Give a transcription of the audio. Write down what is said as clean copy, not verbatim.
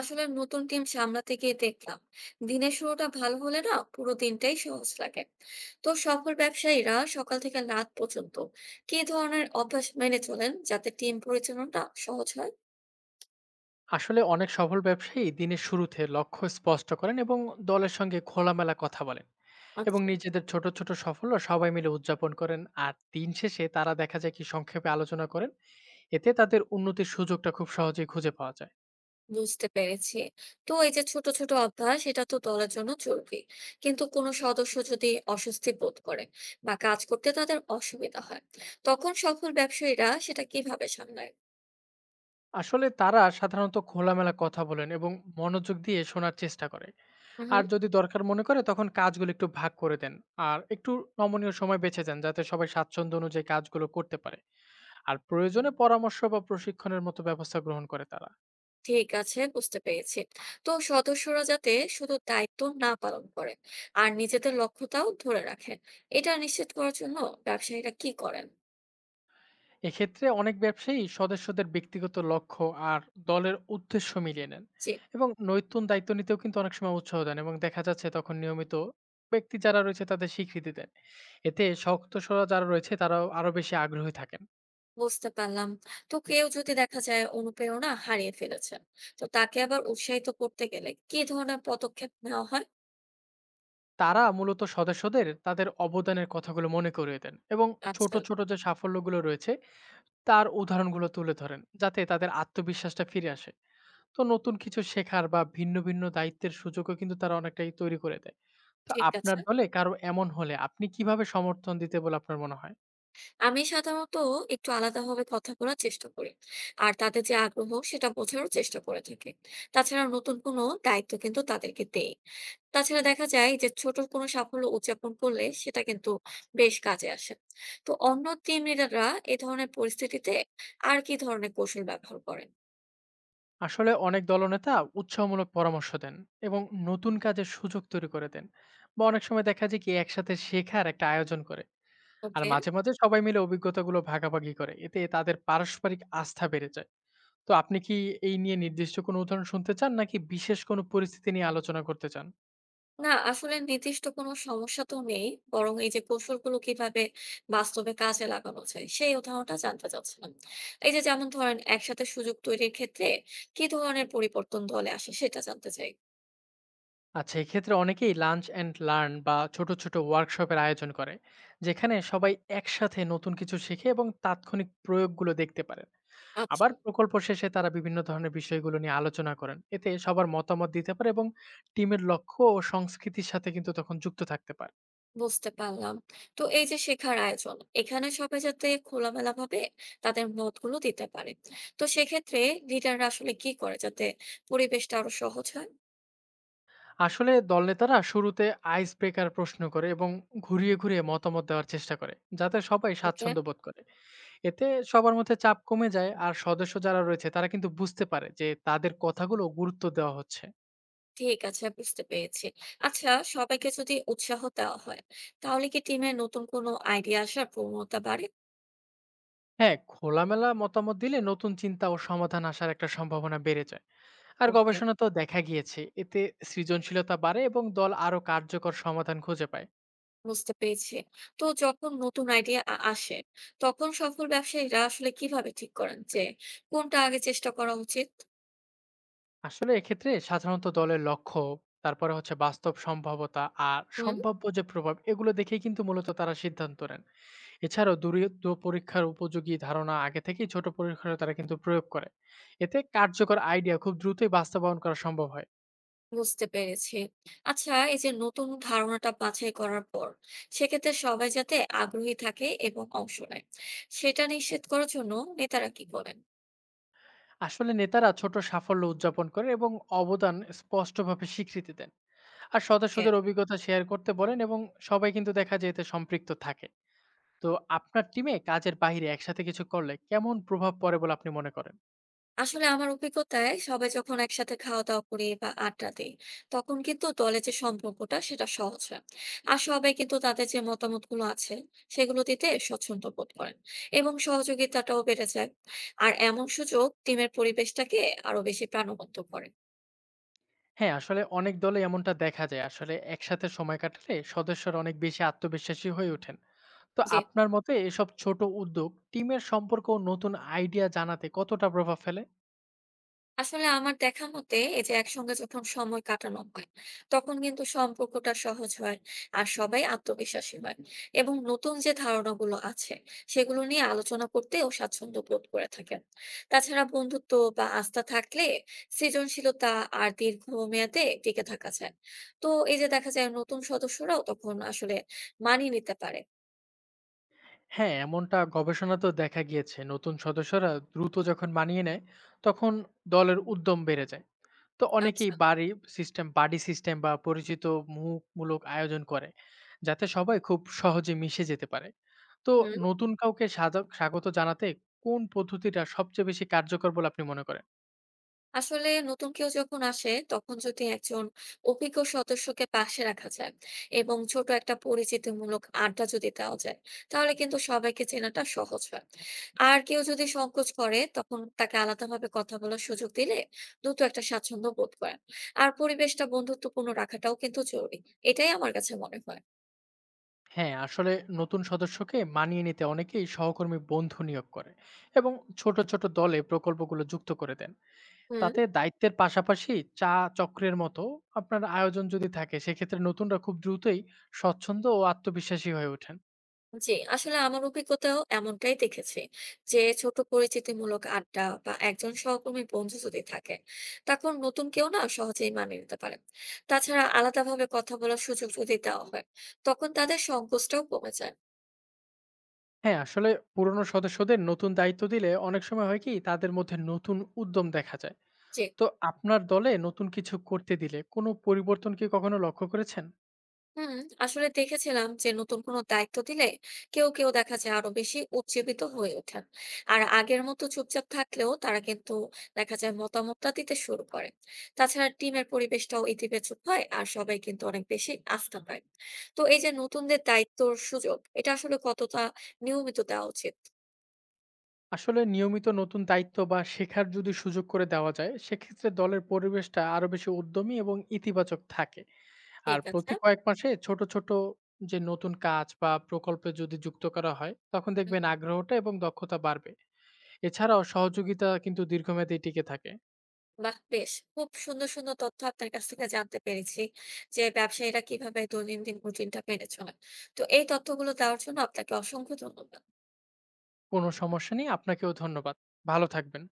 আসলে নতুন টিম সামলাতে গিয়ে দেখলাম দিনের শুরুটা ভালো হলে না পুরো দিনটাই সহজ লাগে। তো সফল ব্যবসায়ীরা সকাল থেকে রাত পর্যন্ত কি ধরনের অভ্যাস মেনে চলেন যাতে টিম পরিচালনাটা সহজ হয়? আসলে অনেক সফল ব্যবসায়ী দিনের শুরুতে লক্ষ্য স্পষ্ট করেন এবং দলের সঙ্গে খোলামেলা কথা বলেন এবং আচ্ছা, নিজেদের ছোট ছোট সাফল্য সবাই মিলে উদযাপন করেন। আর দিন শেষে তারা দেখা যায় কি সংক্ষেপে আলোচনা করেন। এতে তাদের উন্নতির সুযোগটা খুব সহজেই খুঁজে পাওয়া যায়। বুঝতে পেরেছি। তো এই যে ছোট ছোট অভ্যাস, এটা তো দলের জন্য জরুরি, কিন্তু কোনো সদস্য যদি অস্বস্তি বোধ করে বা কাজ করতে তাদের অসুবিধা হয়, তখন সফল ব্যবসায়ীরা সেটা কিভাবে সামলায়? আসলে তারা সাধারণত খোলামেলা কথা বলেন এবং মনোযোগ দিয়ে শোনার চেষ্টা করে। হুম আর যদি দরকার মনে করে তখন কাজগুলো একটু ভাগ করে দেন, আর একটু নমনীয় সময় বেছে দেন যাতে সবাই স্বাচ্ছন্দ্য অনুযায়ী কাজগুলো করতে পারে। আর প্রয়োজনে পরামর্শ বা প্রশিক্ষণের মতো ব্যবস্থা গ্রহণ করে তারা। ঠিক আছে, বুঝতে পেরেছি। তো সদস্যরা যাতে শুধু দায়িত্ব না পালন করে আর নিজেদের লক্ষ্যটাও ধরে রাখে, এটা নিশ্চিত করার জন্য ব্যবসায়ীরা কি করেন? এক্ষেত্রে অনেক ব্যবসায়ী সদস্যদের ব্যক্তিগত লক্ষ্য আর দলের উদ্দেশ্য মিলিয়ে নেন জি, এবং নৈতন দায়িত্ব নিতেও কিন্তু অনেক সময় উৎসাহ দেন। এবং দেখা যাচ্ছে তখন নিয়মিত ব্যক্তি যারা রয়েছে তাদের স্বীকৃতি দেন। এতে শক্তসরা যারা রয়েছে তারাও আরো বেশি আগ্রহী থাকেন। বুঝতে পারলাম। তো কেউ যদি দেখা যায় অনুপ্রেরণা হারিয়ে ফেলেছেন, তো তাকে আবার উৎসাহিত করতে গেলে কি ধরনের পদক্ষেপ নেওয়া হয়? তারা মূলত সদস্যদের তাদের অবদানের কথাগুলো মনে করিয়ে দেন এবং ছোট আচ্ছা। ছোট যে সাফল্যগুলো রয়েছে তার উদাহরণগুলো তুলে ধরেন, যাতে তাদের আত্মবিশ্বাসটা ফিরে আসে। তো নতুন কিছু শেখার বা ভিন্ন, ভিন্ন দায়িত্বের সুযোগও কিন্তু তারা অনেকটাই তৈরি করে দেয়। তো ঠিক আপনার আছে, দলে কারো এমন হলে আপনি কিভাবে সমর্থন দিতে বলে আপনার মনে হয়? আমি সাধারণত একটু আলাদাভাবে কথা বলার চেষ্টা করি আর তাদের যে আগ্রহ সেটা বোঝারও চেষ্টা করে থাকি। তাছাড়া নতুন কোনো দায়িত্ব কিন্তু তাদেরকে দেই। তাছাড়া দেখা যায় যে ছোট কোনো সাফল্য উদযাপন করলে সেটা কিন্তু বেশ কাজে আসে। তো অন্য টিম লিডাররা এ ধরনের পরিস্থিতিতে আর কি ধরনের কৌশল ব্যবহার করেন? আসলে অনেক দলনেতা উৎসাহমূলক পরামর্শ দেন এবং নতুন কাজের সুযোগ তৈরি করে দেন। বা অনেক সময় দেখা যায় কি একসাথে শেখার একটা আয়োজন করে। আর ওকে। মাঝে, মাঝে সবাই মিলে অভিজ্ঞতাগুলো ভাগাভাগি করে। এতে তাদের পারস্পরিক আস্থা বেড়ে যায়। তো আপনি কি এই নিয়ে নির্দিষ্ট কোনো উদাহরণ শুনতে চান, নাকি বিশেষ কোনো পরিস্থিতি নিয়ে আলোচনা করতে চান? না আসলে নির্দিষ্ট কোনো সমস্যা তো নেই। বরং এই যে কৌশলগুলো কিভাবে বাস্তবে কাজে লাগানো যায় সেই উদাহরণটা জানতে চাচ্ছিলাম। এই যে যেমন ধরেন একসাথে সুযোগ তৈরির ক্ষেত্রে কি ধরনের পরিবর্তন দলে আসে সেটা জানতে চাই। আচ্ছা, এক্ষেত্রে অনেকেই লাঞ্চ এন্ড লার্ন বা ছোট, ছোট ওয়ার্কশপের আয়োজন করে। যেখানে সবাই একসাথে নতুন কিছু শিখে এবং তাৎক্ষণিক প্রয়োগগুলো দেখতে পারেন। আবার আচ্ছা, প্রকল্প শেষে তারা বিভিন্ন ধরনের বিষয়গুলো নিয়ে আলোচনা করেন। এতে সবার মতামত দিতে পারে এবং টিমের লক্ষ্য ও সংস্কৃতির সাথে কিন্তু তখন যুক্ত থাকতে পারে। বুঝতে পারলাম। তো এই যে শেখার আয়োজন, এখানে সবাই যাতে খোলামেলা ভাবে তাদের মতগুলো দিতে পারে। তো সেক্ষেত্রে লিডাররা আসলে কি করে যাতে পরিবেশটা আরো সহজ হয়? আসলে দলনেতারা শুরুতে আইস ব্রেকার প্রশ্ন করে এবং ঘুরিয়ে, ঘুরিয়ে মতামত দেওয়ার চেষ্টা করে, যাতে সবাই ওকে। স্বাচ্ছন্দ্য বোধ করে। এতে সবার মধ্যে চাপ কমে যায়, আর সদস্য যারা রয়েছে তারা কিন্তু বুঝতে পারে যে তাদের কথাগুলো গুরুত্ব দেওয়া হচ্ছে। ঠিক আছে, বুঝতে পেরেছি। আচ্ছা, সবাইকে যদি উৎসাহ দেওয়া হয়, তাহলে কি টিমে নতুন কোনো আইডিয়া আসার প্রবণতা বাড়ে? হ্যাঁ, খোলামেলা মতামত দিলে নতুন চিন্তা ও সমাধান আসার একটা সম্ভাবনা বেড়ে যায়। আর ওকে, গবেষণা তো দেখা গিয়েছে এতে সৃজনশীলতা বাড়ে এবং দল আরো কার্যকর সমাধান খুঁজে পায়। বুঝতে পেরেছি। তো যখন নতুন আইডিয়া আসে, তখন সফল ব্যবসায়ীরা আসলে কিভাবে ঠিক করেন যে কোনটা আগে চেষ্টা করা উচিত? আসলে এক্ষেত্রে সাধারণত দলের লক্ষ্য, তারপরে হচ্ছে বাস্তব সম্ভাবতা, আর হুম, সম্ভাব্য যে প্রভাব, এগুলো দেখেই কিন্তু মূলত তারা সিদ্ধান্ত নেন। এছাড়াও দূরত্ব পরীক্ষার উপযোগী ধারণা আগে থেকেই ছোট পরীক্ষায় তারা কিন্তু প্রয়োগ করে। এতে কার্যকর আইডিয়া খুব দ্রুতই বাস্তবায়ন করা সম্ভব হয়। বুঝতে পেরেছি। আচ্ছা, এই যে নতুন ধারণাটা বাছাই করার পর সেক্ষেত্রে সবাই যাতে আগ্রহী থাকে এবং অংশ নেয়, সেটা নিশ্চিত করার জন্য নেতারা কি করেন? আসলে নেতারা ছোট সাফল্য উদযাপন করে এবং অবদান স্পষ্টভাবে স্বীকৃতি দেন। আর সদস্যদের অভিজ্ঞতা শেয়ার করতে বলেন, এবং সবাই কিন্তু দেখা যায় এতে সম্পৃক্ত থাকে। তো আপনার টিমে কাজের বাইরে একসাথে কিছু করলে কেমন প্রভাব পড়ে বলে আপনি মনে করেন? আসলে আমার অভিজ্ঞতায় সবাই যখন একসাথে খাওয়া দাওয়া করি বা আড্ডা দিই, তখন কিন্তু দলে যে সম্পর্কটা সেটা সহজ হয়। আর সবাই কিন্তু তাদের যে মতামত গুলো আছে সেগুলো দিতে স্বচ্ছন্দ বোধ করেন এবং সহযোগিতাটাও বেড়ে যায়। আর এমন সুযোগ টিমের পরিবেশটাকে আরো বেশি প্রাণবন্ত করে। হ্যাঁ, আসলে অনেক দলে এমনটা দেখা যায়, আসলে একসাথে সময় কাটালে সদস্যরা অনেক বেশি আত্মবিশ্বাসী হয়ে ওঠেন। তো জি। আপনার মতে এসব ছোট উদ্যোগ টিমের সম্পর্ক ও নতুন আইডিয়া জানাতে কতটা প্রভাব ফেলে? আসলে আমার দেখা মতে এই যে একসঙ্গে যখন সময় কাটানো হয়, তখন কিন্তু সম্পর্কটা সহজ হয়, আর সবাই আত্মবিশ্বাসী হয় এবং নতুন যে ধারণাগুলো আছে সেগুলো নিয়ে আলোচনা করতেও স্বাচ্ছন্দ্য বোধ করে থাকেন। তাছাড়া বন্ধুত্ব বা আস্থা থাকলে সৃজনশীলতা আর দীর্ঘমেয়াদে টিকে থাকা যায়। তো এই যে দেখা যায় নতুন সদস্যরাও তখন আসলে মানিয়ে নিতে পারে। হ্যাঁ, এমনটা গবেষণাতেও দেখা গিয়েছে। নতুন সদস্যরা দ্রুত যখন মানিয়ে নেয়, তখন দলের উদ্যম বেড়ে যায়। তো অনেকেই আচ্ছা। বাড়ি সিস্টেম বাডি সিস্টেম বা পরিচিত মুখমূলক আয়োজন করে, যাতে সবাই খুব সহজে মিশে যেতে পারে। তো হুম নতুন কাউকে সাদা স্বাগত জানাতে কোন পদ্ধতিটা সবচেয়ে বেশি কার্যকর বলে আপনি মনে করেন? আসলে নতুন কেউ যখন আসে তখন যদি একজন অভিজ্ঞ সদস্যকে পাশে রাখা যায় এবং ছোট একটা পরিচিতিমূলক আড্ডা যদি দেওয়া যায়, তাহলে কিন্তু সবাইকে চেনাটা সহজ হয়। আর কেউ যদি সংকোচ করে তখন তাকে আলাদাভাবে কথা বলার সুযোগ দিলে দ্রুত একটা স্বাচ্ছন্দ্য বোধ করেন। আর পরিবেশটা বন্ধুত্বপূর্ণ রাখাটাও কিন্তু জরুরি, এটাই আমার কাছে মনে হয়। হ্যাঁ, আসলে নতুন সদস্যকে মানিয়ে নিতে অনেকেই সহকর্মী বন্ধু নিয়োগ করে এবং ছোট ছোট দলে প্রকল্পগুলো যুক্ত করে দেন। হুম তাতে দায়িত্বের পাশাপাশি চা চক্রের মতো আপনার আয়োজন যদি থাকে, সেক্ষেত্রে নতুনরা খুব দ্রুতই স্বচ্ছন্দ ও আত্মবিশ্বাসী হয়ে ওঠেন। জি, আসলে আমার অভিজ্ঞতাও এমনটাই দেখেছি যে ছোট পরিচিতিমূলক আড্ডা বা একজন সহকর্মী বন্ধু যদি থাকে তখন নতুন কেউ না সহজেই মানিয়ে নিতে পারে। তাছাড়া আলাদাভাবে কথা বলার সুযোগ যদি দেওয়া হয় তখন তাদের সংকোচটাও কমে যায়। হ্যাঁ, আসলে পুরনো সদস্যদের নতুন দায়িত্ব দিলে অনেক সময় হয় কি তাদের মধ্যে নতুন উদ্যম দেখা যায়। জি। তো আপনার দলে নতুন কিছু করতে দিলে কোনো পরিবর্তন কি কখনো লক্ষ্য করেছেন? হুম আসলে দেখেছিলাম যে নতুন কোনো দায়িত্ব দিলে কেউ কেউ দেখা যায় আরো বেশি উজ্জীবিত হয়ে ওঠেন। আর আগের মতো চুপচাপ থাকলেও তারা কিন্তু দেখা যায় মতামতটা দিতে শুরু করে। তাছাড়া টিমের পরিবেশটাও ইতিবাচক হয় আর সবাই কিন্তু অনেক বেশি আস্থা পায়। তো এই যে নতুনদের দায়িত্বর সুযোগ, এটা আসলে কতটা নিয়মিত দেওয়া উচিত? আসলে নিয়মিত নতুন দায়িত্ব বা শেখার যদি সুযোগ করে দেওয়া যায়, সেক্ষেত্রে দলের পরিবেশটা আরো বেশি উদ্যমী এবং ইতিবাচক থাকে। আর ঠিক আছে। প্রতি কয়েক মাসে ছোট ছোট যে নতুন কাজ বা প্রকল্পে যদি যুক্ত করা হয়, তখন দেখবেন আগ্রহটা এবং দক্ষতা বাড়বে। এছাড়াও সহযোগিতা কিন্তু দীর্ঘমেয়াদী টিকে থাকে। বাহ! বেশ। খুব সুন্দর, সুন্দর তথ্য আপনার কাছ থেকে জানতে পেরেছি যে ব্যবসায়ীরা কিভাবে দৈনন্দিন রুটিনটা মেনে চলেন। তো এই তথ্যগুলো দেওয়ার জন্য আপনাকে অসংখ্য ধন্যবাদ। কোনো সমস্যা নেই, আপনাকেও ধন্যবাদ। ভালো থাকবেন।